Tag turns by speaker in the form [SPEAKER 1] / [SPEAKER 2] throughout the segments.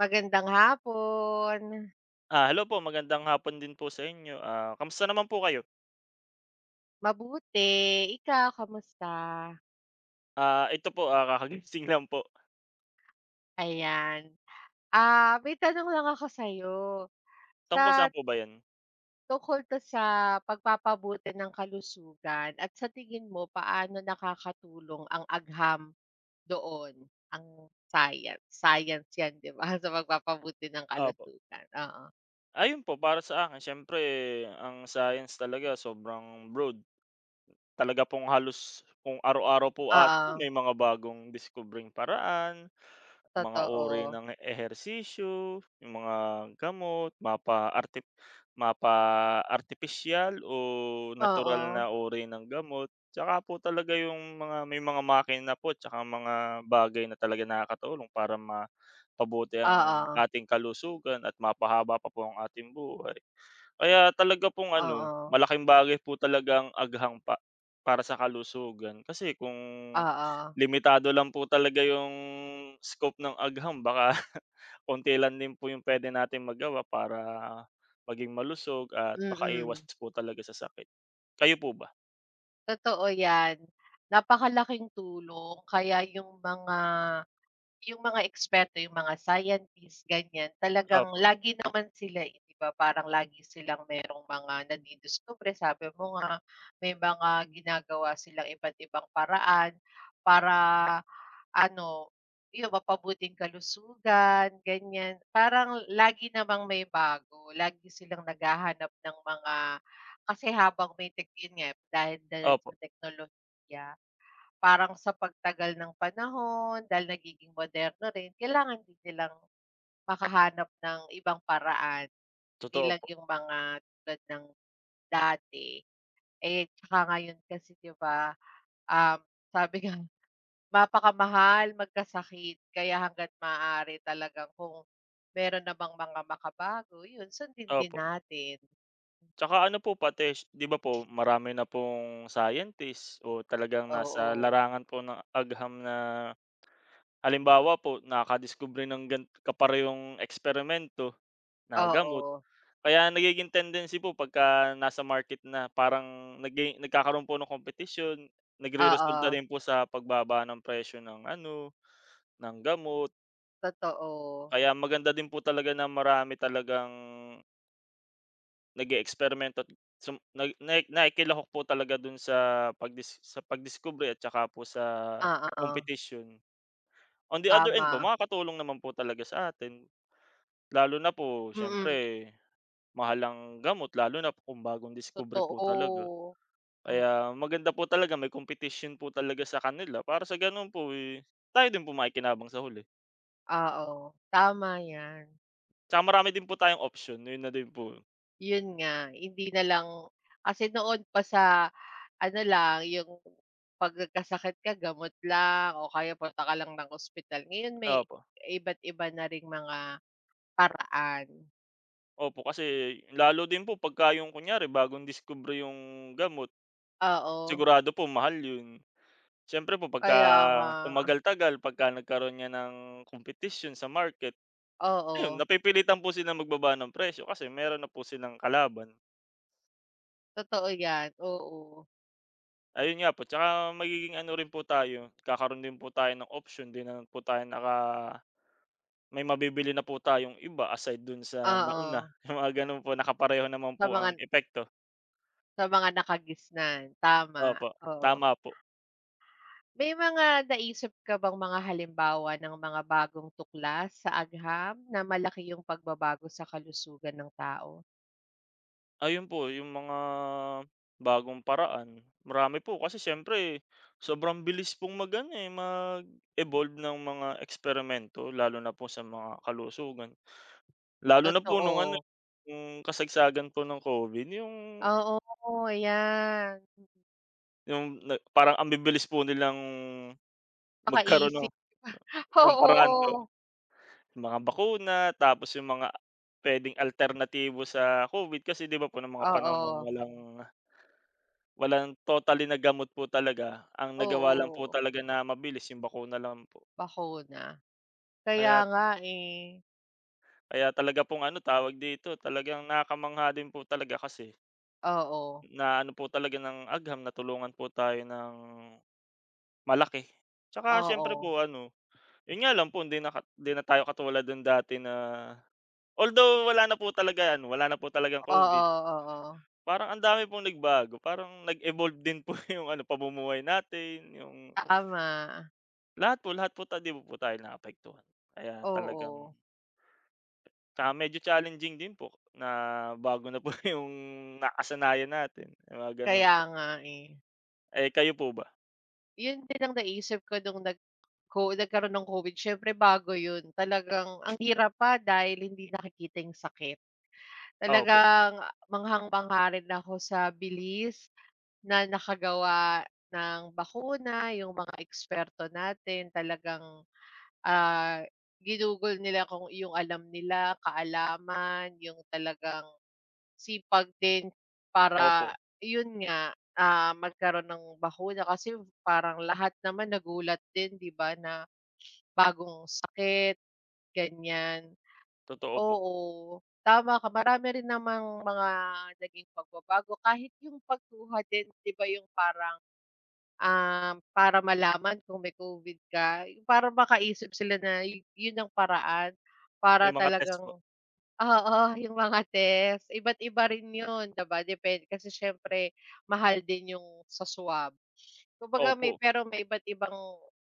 [SPEAKER 1] Magandang hapon.
[SPEAKER 2] Hello po, magandang hapon din po sa inyo. Kamusta naman po kayo?
[SPEAKER 1] Mabuti, ikaw kamusta?
[SPEAKER 2] Ito po, kakagising lang po.
[SPEAKER 1] Ayan. Ah, may tanong lang ako sa'yo.
[SPEAKER 2] Tungkol
[SPEAKER 1] Sa
[SPEAKER 2] saan po ba 'yan?
[SPEAKER 1] Tungkol 'to sa pagpapabuti ng kalusugan at sa tingin mo paano nakakatulong ang agham doon, ang science. Science 'yan 'di ba, sa pagpapabuti ng
[SPEAKER 2] Opo.
[SPEAKER 1] kalusugan, oo.
[SPEAKER 2] Ayun po, para sa akin siyempre ang science talaga sobrang broad. Talaga pong halos kung araw-araw po at
[SPEAKER 1] Oo,
[SPEAKER 2] may mga bagong diskubreng paraan. Mga uri
[SPEAKER 1] totoo.
[SPEAKER 2] ng ehersisyo, yung mga gamot, mapa-artipisyal o natural
[SPEAKER 1] Oo,
[SPEAKER 2] na uri ng gamot. Tsaka po talaga yung mga may mga makina po tsaka mga bagay na talaga nakakatulong para mapabuti ang
[SPEAKER 1] oo,
[SPEAKER 2] ating kalusugan at mapahaba pa po ang ating buhay. Kaya talaga pong ano,
[SPEAKER 1] oo,
[SPEAKER 2] malaking bagay po talaga ang aghang pa para sa kalusugan, kasi kung
[SPEAKER 1] oo,
[SPEAKER 2] limitado lang po talaga yung scope ng agham baka konti lang din po yung puwede natin magawa para maging malusog at makaiwas
[SPEAKER 1] mm.
[SPEAKER 2] po talaga sa sakit. Kayo po ba?
[SPEAKER 1] Totoo yan, napakalaking tulong kaya yung mga eksperto, yung mga scientists ganyan talagang
[SPEAKER 2] Opo,
[SPEAKER 1] lagi naman sila, eh, 'di ba, parang lagi silang merong mga nadidiskubre sabi mo nga, may mga ginagawa silang iba't ibang paraan para ano, 'yun mapabuting kalusugan, ganyan? Parang lagi namang may bago, lagi silang naghahanap ng mga kasi habang may tech 'yun nga, dahil dahil
[SPEAKER 2] opo,
[SPEAKER 1] sa teknolohiya, parang sa pagtagal ng panahon, dahil nagiging moderno rin, kailangan din silang makahanap ng ibang paraan, 'di
[SPEAKER 2] totoo
[SPEAKER 1] lang
[SPEAKER 2] po,
[SPEAKER 1] yung mga tulad ng dati. Eh, tsaka ngayon kasi 'di ba, um, sabi nga, mapakamahal, magkasakit. Kaya hangga't maaari talagang kung meron namang mga makabago, yun sundin din
[SPEAKER 2] opo.
[SPEAKER 1] natin.
[SPEAKER 2] Tsaka ano po pati 'di ba po marami na pong scientist o talagang nasa
[SPEAKER 1] Oo,
[SPEAKER 2] larangan po ng agham na halimbawa po nakadiskubre ng kaparehong eksperimento na gamot.
[SPEAKER 1] oo,
[SPEAKER 2] Kaya nagiging tendency po, pagka nasa market na, parang nagkakaroon po ng kompetisyon, nagreresulta
[SPEAKER 1] oo,
[SPEAKER 2] din po sa pagbaba ng presyo ng ano, ng gamot.
[SPEAKER 1] totoo.
[SPEAKER 2] Kaya maganda din po talaga na marami talagang nag-eeksperimento at sum nag na nakikilahok po talaga dun sa sa pagdiskubre at saka po sa
[SPEAKER 1] Oo,
[SPEAKER 2] competition. On the other end po,
[SPEAKER 1] tama.
[SPEAKER 2] makakatulong naman po talaga sa atin, lalo na po
[SPEAKER 1] Mm,
[SPEAKER 2] siyempre mahal ang gamot lalo na po kung bagong discovery po talaga.
[SPEAKER 1] totoo. Hmm,
[SPEAKER 2] Kaya maganda po talaga may competition po talaga sa kanila, para sa gano'n po, eh, tayo din po makikinabang sa huli.
[SPEAKER 1] oo, tama yan.
[SPEAKER 2] Tsaka marami din po tayong option, 'yun na din po.
[SPEAKER 1] Yun nga, hindi na lang kasi noon pa ano lang, yung 'pag nagkasakit ka gamot lang o kaya punta ka lang ng ospital. Ngayon may
[SPEAKER 2] Opo,
[SPEAKER 1] iba't iba na ring mga paraan.
[SPEAKER 2] opo, kasi lalo din po pagka yung kunyari bagong diskubre yung gamot,
[SPEAKER 1] Oo,
[SPEAKER 2] sigurado po mahal 'yun. Siyempre po pagka
[SPEAKER 1] kaya nga.
[SPEAKER 2] tumagal-tagal, pagka nagkaroon niya ng competition sa market, ayun
[SPEAKER 1] Oo,
[SPEAKER 2] napipilitan po silang magbaba ng presyo kasi meron na po silang kalaban.
[SPEAKER 1] totoo 'yan, oo.
[SPEAKER 2] Ayun nga po, tsaka magiging ano rin po tayo, kakaroon din po tayo ng option, din na po tayo may mabibili na po tayong iba aside dun sa nauna,
[SPEAKER 1] Oo,
[SPEAKER 2] yung mga gano'n po, nakapareho naman
[SPEAKER 1] sa
[SPEAKER 2] po
[SPEAKER 1] mga
[SPEAKER 2] ang epekto.
[SPEAKER 1] sa mga nakagisnan, tama,
[SPEAKER 2] Opo,
[SPEAKER 1] oo.
[SPEAKER 2] tama po.
[SPEAKER 1] May mga naisip ka bang mga halimbawa ng mga bagong tuklas sa agham na malaki yung pagbabago sa kalusugan ng tao?
[SPEAKER 2] Ayun po, yung mga bagong paraan, marami po kasi siyempre sobrang bilis pong mag-ano, eh, mag-evolve ng mga eksperimento lalo na po sa mga kalusugan. Lalo na po nung ano,
[SPEAKER 1] Totoo,
[SPEAKER 2] nung kasagsagan po ng COVID,
[SPEAKER 1] oo, ayan.
[SPEAKER 2] yung nag parang ang bibilis po nilang magkaroon
[SPEAKER 1] Makaisip.
[SPEAKER 2] ng paraan po,
[SPEAKER 1] Oo,
[SPEAKER 2] mga bakuna, tapos yung mga puwedeng alternatibo sa Covid, kasi 'di ba po nung mga panahon
[SPEAKER 1] oo,
[SPEAKER 2] walang walang totally na gamot po talaga, ang nagawa lang po
[SPEAKER 1] oo,
[SPEAKER 2] talaga na mabilis yung bakuna lang po.
[SPEAKER 1] bakuna. Kaya
[SPEAKER 2] Kaya
[SPEAKER 1] nga, eh.
[SPEAKER 2] Kaya talaga pong ano, tawag dito, talagang nakakamangha din po talaga kasi
[SPEAKER 1] Oo,
[SPEAKER 2] na ano po talaga ng agham natulungan po tayo ng malaki. Tsaka siyempre
[SPEAKER 1] oo,
[SPEAKER 2] po ano, yun nga lang po, hindi na tayo katulad nung dati, na although wala na po talagang COVID.
[SPEAKER 1] oo, oo,
[SPEAKER 2] Parang ang dami pong nagbago, parang nag-evolve din po yung ano, pamumuhay natin, yung
[SPEAKER 1] tama,
[SPEAKER 2] lahat po ta 'di po tayo naapektuhan. Kaya talagang,
[SPEAKER 1] oo.
[SPEAKER 2] tsaka medyo challenging din po na bago na po yung nakasanayan natin, yung mga gano'n
[SPEAKER 1] Kaya
[SPEAKER 2] po.
[SPEAKER 1] nga, eh.
[SPEAKER 2] Eh, kayo po ba?
[SPEAKER 1] Yun din ang naisip ko nung nagkaroon ng COVID, siyempre bago yun talagang ang hirap pa dahil hindi nakikita yung sakit.
[SPEAKER 2] Opo,
[SPEAKER 1] Talagang manghang-mangha rin ako sa bilis na nakagawa ng bakuna, yung mga eksperto natin talagang, ah, ginugol nila kung yung alam nila, kaalaman, yung talagang sipag din
[SPEAKER 2] opo,
[SPEAKER 1] para yun nga, ah, magkaroon ng bakuna kasi parang lahat naman nagulat din 'di ba na bagong sakit, ganyan.
[SPEAKER 2] totoo po.
[SPEAKER 1] Oo, tama ka, marami rin namang mga naging pagbabago kahit yung pagkuha din 'di ba yung parang, para malaman kung may COVID ka, yung para makaisip sila na yun ang paraan para
[SPEAKER 2] May mga test po,
[SPEAKER 1] talagang, oo, yung mga test iba't iba rin yun, 'di ba? Depende kasi siyempre mahal din yung sa swab. Kumbaga may,
[SPEAKER 2] opo.
[SPEAKER 1] pero may iba't ibang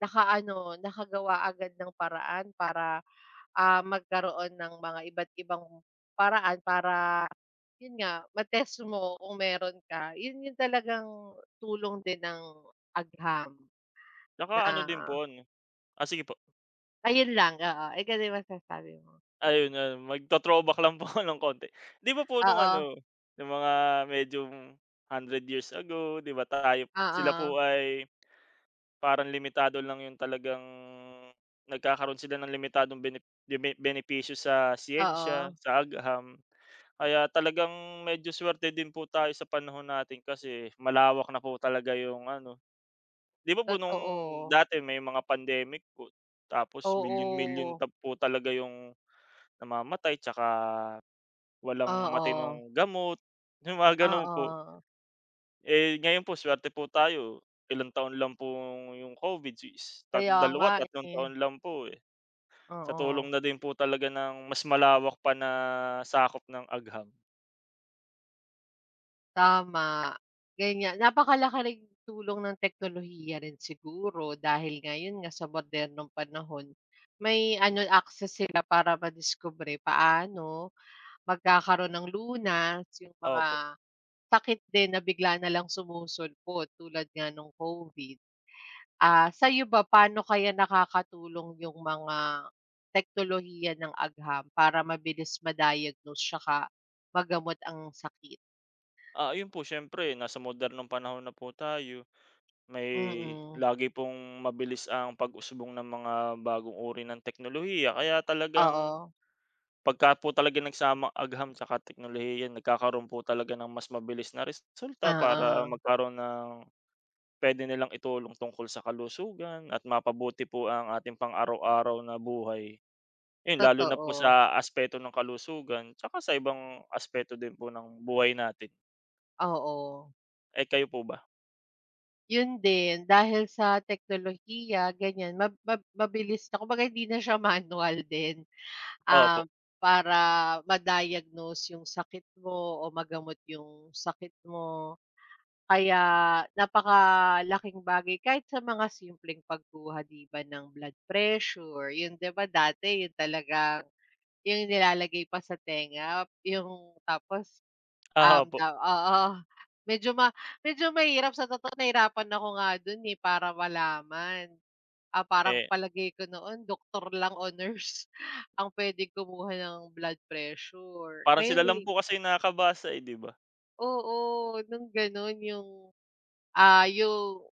[SPEAKER 1] nakaano, nakagawa agad ng paraan para, ah, magkaroon ng mga iba't ibang paraan para yun nga, mo kung meron ka. Yun yung talagang tulong din ng agham.
[SPEAKER 2] Tsaka
[SPEAKER 1] Na,
[SPEAKER 2] ano din po
[SPEAKER 1] oo.
[SPEAKER 2] ano, sige po.
[SPEAKER 1] Ayun lang, oo. Ikaw din masasabi mo?
[SPEAKER 2] Ayun, magto-throwback lang po ako ng konti. 'Di ba po nung
[SPEAKER 1] Oo,
[SPEAKER 2] ano, nung mga medyo hundred years ago, 'di ba tayo sila
[SPEAKER 1] oo,
[SPEAKER 2] po ay parang limitado lang yung talagang nagkakaroon sila ng limitadong bene bene benepisyo sa siyensya,
[SPEAKER 1] oo.
[SPEAKER 2] sa agham. Kaya talagang medyo suwerte din po tayo sa panahon natin, kasi malawak na po talaga yung ano. 'Di ba po nung
[SPEAKER 1] Totoo.
[SPEAKER 2] dati may mga pandemic po, tapos milyon-milyon
[SPEAKER 1] Oo.
[SPEAKER 2] ta po talaga yung namamatay, tsaka walang
[SPEAKER 1] Oo,
[SPEAKER 2] matinong gamot, yung mga gano'n po.
[SPEAKER 1] oo.
[SPEAKER 2] Eh, ngayon po suwerte po tayo, ilang taon lang po yung COVID is
[SPEAKER 1] Kaya
[SPEAKER 2] dalawa,
[SPEAKER 1] nga,
[SPEAKER 2] tatlong
[SPEAKER 1] eh.
[SPEAKER 2] taon lang po, eh. Sa tulong
[SPEAKER 1] Oo,
[SPEAKER 2] na din po talaga ng mas malawak pa na sakop ng agham.
[SPEAKER 1] tama. Ganyan. Napakalaking tulong ng teknolohiya rin siguro dahil ngayon nga sa modernong panahon, may ano, access sila para madiskubre paano magkakaroon ng lunas yung mga
[SPEAKER 2] Opo.
[SPEAKER 1] sakit din na bigla na lang sumusulpot tulad nga nung COVID. Ah, sa'yo ba paano kaya nakakatulong yung mga teknolohiya ng agham para mabilis ma-diagnose tsaka magamot ang sakit?
[SPEAKER 2] Ayun po, siyempre nasa modernong panahon na po tayo, may
[SPEAKER 1] Mm,
[SPEAKER 2] lagi pong mabilis ang pag-usbong ng mga bagong uri ng teknolohiya, kaya talagang
[SPEAKER 1] oo,
[SPEAKER 2] pagka po talaga nagsama agham tsaka teknolohiya nagkakaroon po talaga ng mas mabilis na resulta para
[SPEAKER 1] oo,
[SPEAKER 2] magkaroon ng pwede nilang itulong tungkol sa kalusugan at mapabuti po ang ating pang-araw-araw na buhay. 'Yun, lalo na po
[SPEAKER 1] totoo,
[SPEAKER 2] sa aspeto ng kalusugan tsaka sa ibang aspeto din po ng buhay natin.
[SPEAKER 1] oo.
[SPEAKER 2] Eh, kayo po ba?
[SPEAKER 1] Yun din dahil sa teknolohiya ganyan mab mab mabilis na, kumbaga hindi na siya manual din.
[SPEAKER 2] Opo,
[SPEAKER 1] Ah, para ma-diagnose yung sakit mo o magamot yung sakit mo. Kaya napakalaking bagay kahit sa mga simpleng pagkuha 'di ba ng blood pressure, yun 'di ba dati yun talagang yung nilalagay pa sa tenga, yung tapos,
[SPEAKER 2] opo.
[SPEAKER 1] Daw, oo. Medyo ma medyo mahirap sa totoo, nahirapan ako nga dun, eh, para malaman. Ah, parang
[SPEAKER 2] Eh,
[SPEAKER 1] palagay ko noon doktor lang o nurse ang puwedeng kumuha ng blood pressure.
[SPEAKER 2] parang sila
[SPEAKER 1] Ngayon,
[SPEAKER 2] lang
[SPEAKER 1] eh,
[SPEAKER 2] po kasi yung nakakabasa, eh, 'di ba?
[SPEAKER 1] oo, nung gano'n yung, ah, yung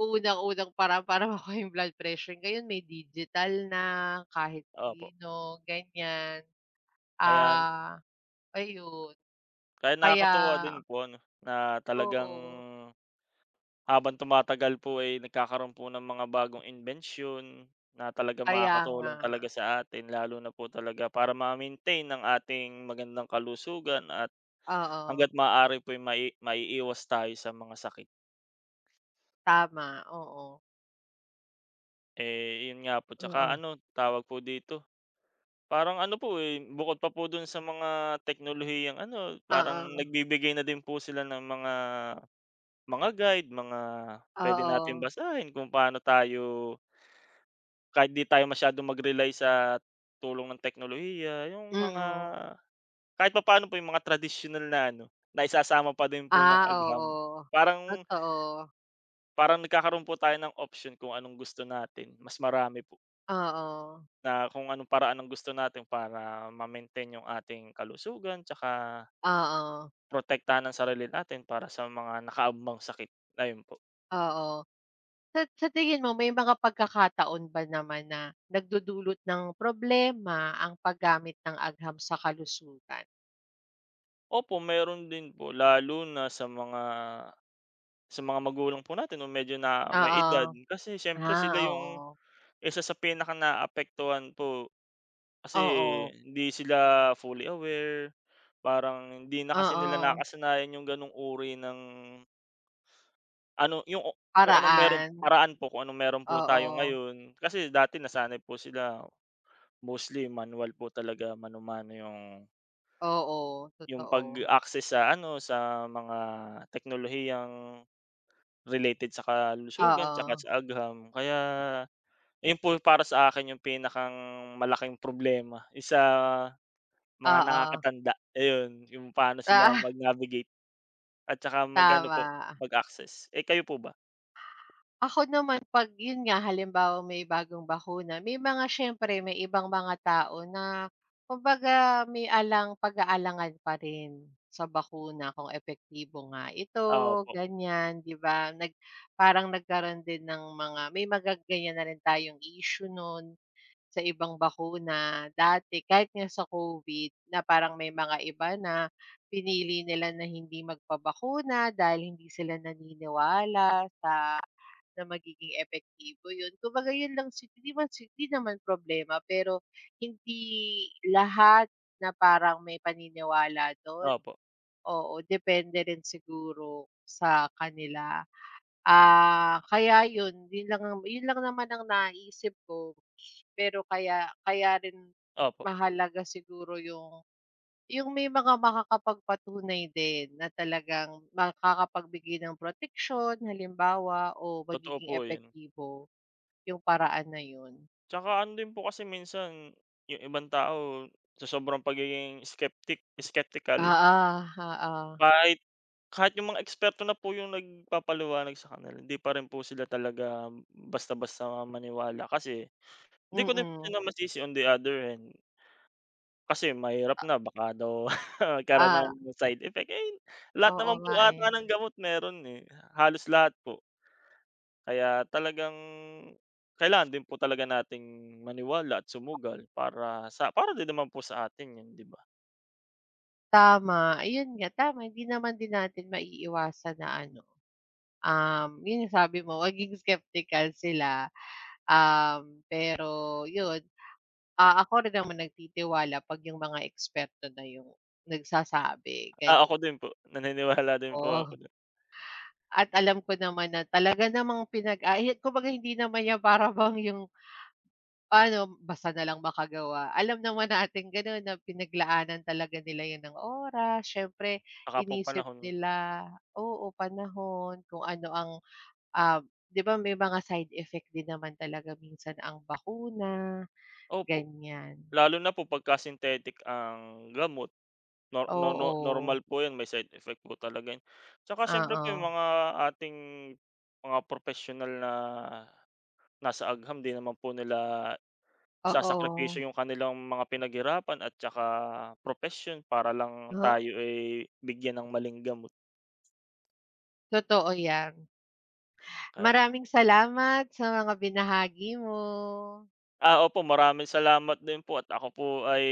[SPEAKER 1] unang-unang paraan para makuha yung blood pressure, ngayon may digital na, kahit
[SPEAKER 2] Opo,
[SPEAKER 1] sino, ganiyan.
[SPEAKER 2] kaya
[SPEAKER 1] Ah, ayun,
[SPEAKER 2] kaya
[SPEAKER 1] kaya
[SPEAKER 2] nakakatuwa din po ano, na talagang
[SPEAKER 1] oo,
[SPEAKER 2] habang tumatagal po, ay nagkakaroon po ng mga bagong imbensyon na talaga
[SPEAKER 1] kaya nga.
[SPEAKER 2] makakatulong talaga sa atin lalo na po talaga para ma-maintain ang ating magandang kalusugan at
[SPEAKER 1] Oo,
[SPEAKER 2] hangga't maaari po ay maiiwas tayo sa mga sakit.
[SPEAKER 1] tama, oo.
[SPEAKER 2] Eh, yun nga po, tsaka
[SPEAKER 1] Oo.
[SPEAKER 2] ano, tawag po dito, parang ano po, eh, bukod pa po dun sa mga teknolohiyang ano, parang
[SPEAKER 1] Oo,
[SPEAKER 2] nagbibigay na din po sila ng mga guide, mga pwede natin
[SPEAKER 1] oo,
[SPEAKER 2] basahin kung paano tayo, kahit di tayo masyadong mag-rely sa tulong ng teknolohiya, yung mga
[SPEAKER 1] mm.
[SPEAKER 2] kahit papaano po yung mga tradisyonal na ano, naisasama pa din po ng
[SPEAKER 1] Ah,
[SPEAKER 2] agham.
[SPEAKER 1] oo,
[SPEAKER 2] Parang
[SPEAKER 1] totoo.
[SPEAKER 2] Parang nagkakaroon po tayo ng option kung anong gusto natin, mas marami po
[SPEAKER 1] Oo,
[SPEAKER 2] na kung anong paraan ang gusto natin para ma-maintain yung ating kalusugan, tsaka
[SPEAKER 1] oo,
[SPEAKER 2] protektahan ang sarili natin para sa mga nakaambang sakit, ayun po.
[SPEAKER 1] oo. Sa tingin mo may mga pagkakataon ba naman na nagdudulot ng problema ang paggamit ng agham sa kalusugan?
[SPEAKER 2] Opo, meron din po, lalo na sa mga magulang po natin nung medyo na may edad,
[SPEAKER 1] Oo.
[SPEAKER 2] kasi siyempre
[SPEAKER 1] Ah,
[SPEAKER 2] sila yung
[SPEAKER 1] oo,
[SPEAKER 2] isa sa pinaka naapektuhan po, kasi
[SPEAKER 1] oo,
[SPEAKER 2] hindi sila fully aware, parang hindi na kasi nila
[SPEAKER 1] oo,
[SPEAKER 2] nakasanayan yung ganong uri ng ano yung o kung anong meron
[SPEAKER 1] paraan,
[SPEAKER 2] paraan po, kung anong meron po tayo
[SPEAKER 1] oo,
[SPEAKER 2] ngayon. Kasi dati nasanay po sila mostly manual po talaga, yung
[SPEAKER 1] oo, totoo.
[SPEAKER 2] pag-access sa ano, sa mga teknolohiyang related sa kalusugan tsaka
[SPEAKER 1] Oo,
[SPEAKER 2] sa agham, kaya yun po para sa akin yung pinakang malaking problema is sa mga
[SPEAKER 1] oo,
[SPEAKER 2] nakakatanda, ayun yung paano sila
[SPEAKER 1] ah,
[SPEAKER 2] mag-navigate at saka mag-ano po,
[SPEAKER 1] tama.
[SPEAKER 2] mag-access. Eh, kayo po ba?
[SPEAKER 1] Ako naman 'pag yun nga, halimbawa may bagong bakuna, may mga siyempre may ibang mga tao na kumbaga may alang pag-aalangan pa rin sa bakuna kung epektibo nga ito,
[SPEAKER 2] Opo,
[SPEAKER 1] ganyan, 'di ba? Parang nagkaroon din ng mga, may mga ganyan na rin tayong issue nun sa ibang bakuna dati, kahit nga sa COVID na parang may mga iba na pinili nila na hindi magpabakuna dahil hindi sila naniniwala sa na magiging epektibo yun. Kumbaga yun lang, si hindi man si hindi naman problema pero hindi lahat na parang may paniniwala dun.
[SPEAKER 2] opo,
[SPEAKER 1] Oo, depende rin siguro sa kanila. Ah, kaya yun, yun lang ang yun lang naman ang naisip ko, pero kaya kaya rin
[SPEAKER 2] opo,
[SPEAKER 1] mahalaga siguro yung may mga makakapagpatunay din na talagang makakapagbigay ng protection, halimbawa, o
[SPEAKER 2] totoo
[SPEAKER 1] magiging
[SPEAKER 2] po yun.
[SPEAKER 1] epektibo yung paraan na yun.
[SPEAKER 2] Tsaka ano din po kasi minsan yung ibang tao sa sobrang pagiging skeptical,
[SPEAKER 1] Oo, oo,
[SPEAKER 2] kahit kahit yung mga eksperto na po yung nagpapaliwanag sa kanila hindi pa rin po sila talaga basta-basta maniwala, kasi hindi ko din po
[SPEAKER 1] mm.
[SPEAKER 2] sila masisi on the other hand. Kasi mahirap na baka daw magkaroon ng
[SPEAKER 1] Ah,
[SPEAKER 2] side effect, eh, lahat
[SPEAKER 1] oo
[SPEAKER 2] naman
[SPEAKER 1] nga,
[SPEAKER 2] po
[SPEAKER 1] eh.
[SPEAKER 2] ata ng gamot meron, eh, halos lahat po. Kaya talagang kailangan din po talaga nating maniwala at sumugal para sa din naman po sa atin 'yun, 'di ba?
[SPEAKER 1] Tama, ayun nga, tama, hindi naman din natin maiiwasan na ano, yun yung sabi mo maging skeptical sila, pero yun, ah, ako rin naman nagtitiwala 'pag yung mga eksperto na yung nagsasabi,
[SPEAKER 2] Ah,
[SPEAKER 1] ganyan.
[SPEAKER 2] ako din po, naniniwala din po
[SPEAKER 1] Oo,
[SPEAKER 2] ako do'n.
[SPEAKER 1] at alam ko naman na talaga namang kumbaga hindi naman yan para, bang yung ano, basta na lang makagawa. Alam naman natin gano'n na pinaglaanan talaga nila 'yun ng oras, siyempre
[SPEAKER 2] Baka po
[SPEAKER 1] inisip
[SPEAKER 2] panahon,
[SPEAKER 1] nila, oo, panahon, kung ano ang, ah, 'di ba may mga side effect din naman talaga minsan ang bakuna,
[SPEAKER 2] opo,
[SPEAKER 1] ganiyan.
[SPEAKER 2] lalo na po pagka synthetic ang gamot nor no no
[SPEAKER 1] Oo,
[SPEAKER 2] normal po 'yun, may side effect po talaga 'yun. Tsaka siyempre po yung
[SPEAKER 1] oo.
[SPEAKER 2] mga ating mga professional na nasa agham di naman po nila
[SPEAKER 1] Oo,
[SPEAKER 2] isasakripisyo yung kanilang mga pinaghirapan at tsaka propesyon para lang
[SPEAKER 1] oo,
[SPEAKER 2] tayo ay bigyan ng maling gamot.
[SPEAKER 1] totoo 'yan.
[SPEAKER 2] Kaya
[SPEAKER 1] Maraming salamat sa mga binahagi mo.
[SPEAKER 2] Opo, maraming salamat din po at ako po ay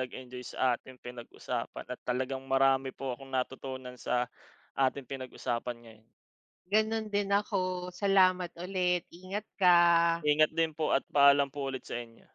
[SPEAKER 2] nag-enjoy sa ating pinag-usapan at talagang marami po akong natutunan sa ating pinag-usapan ngayon.
[SPEAKER 1] Gano'n din ako, salamat ulit, ingat ka.
[SPEAKER 2] Ingat din po at paalam po ulit sa inyo.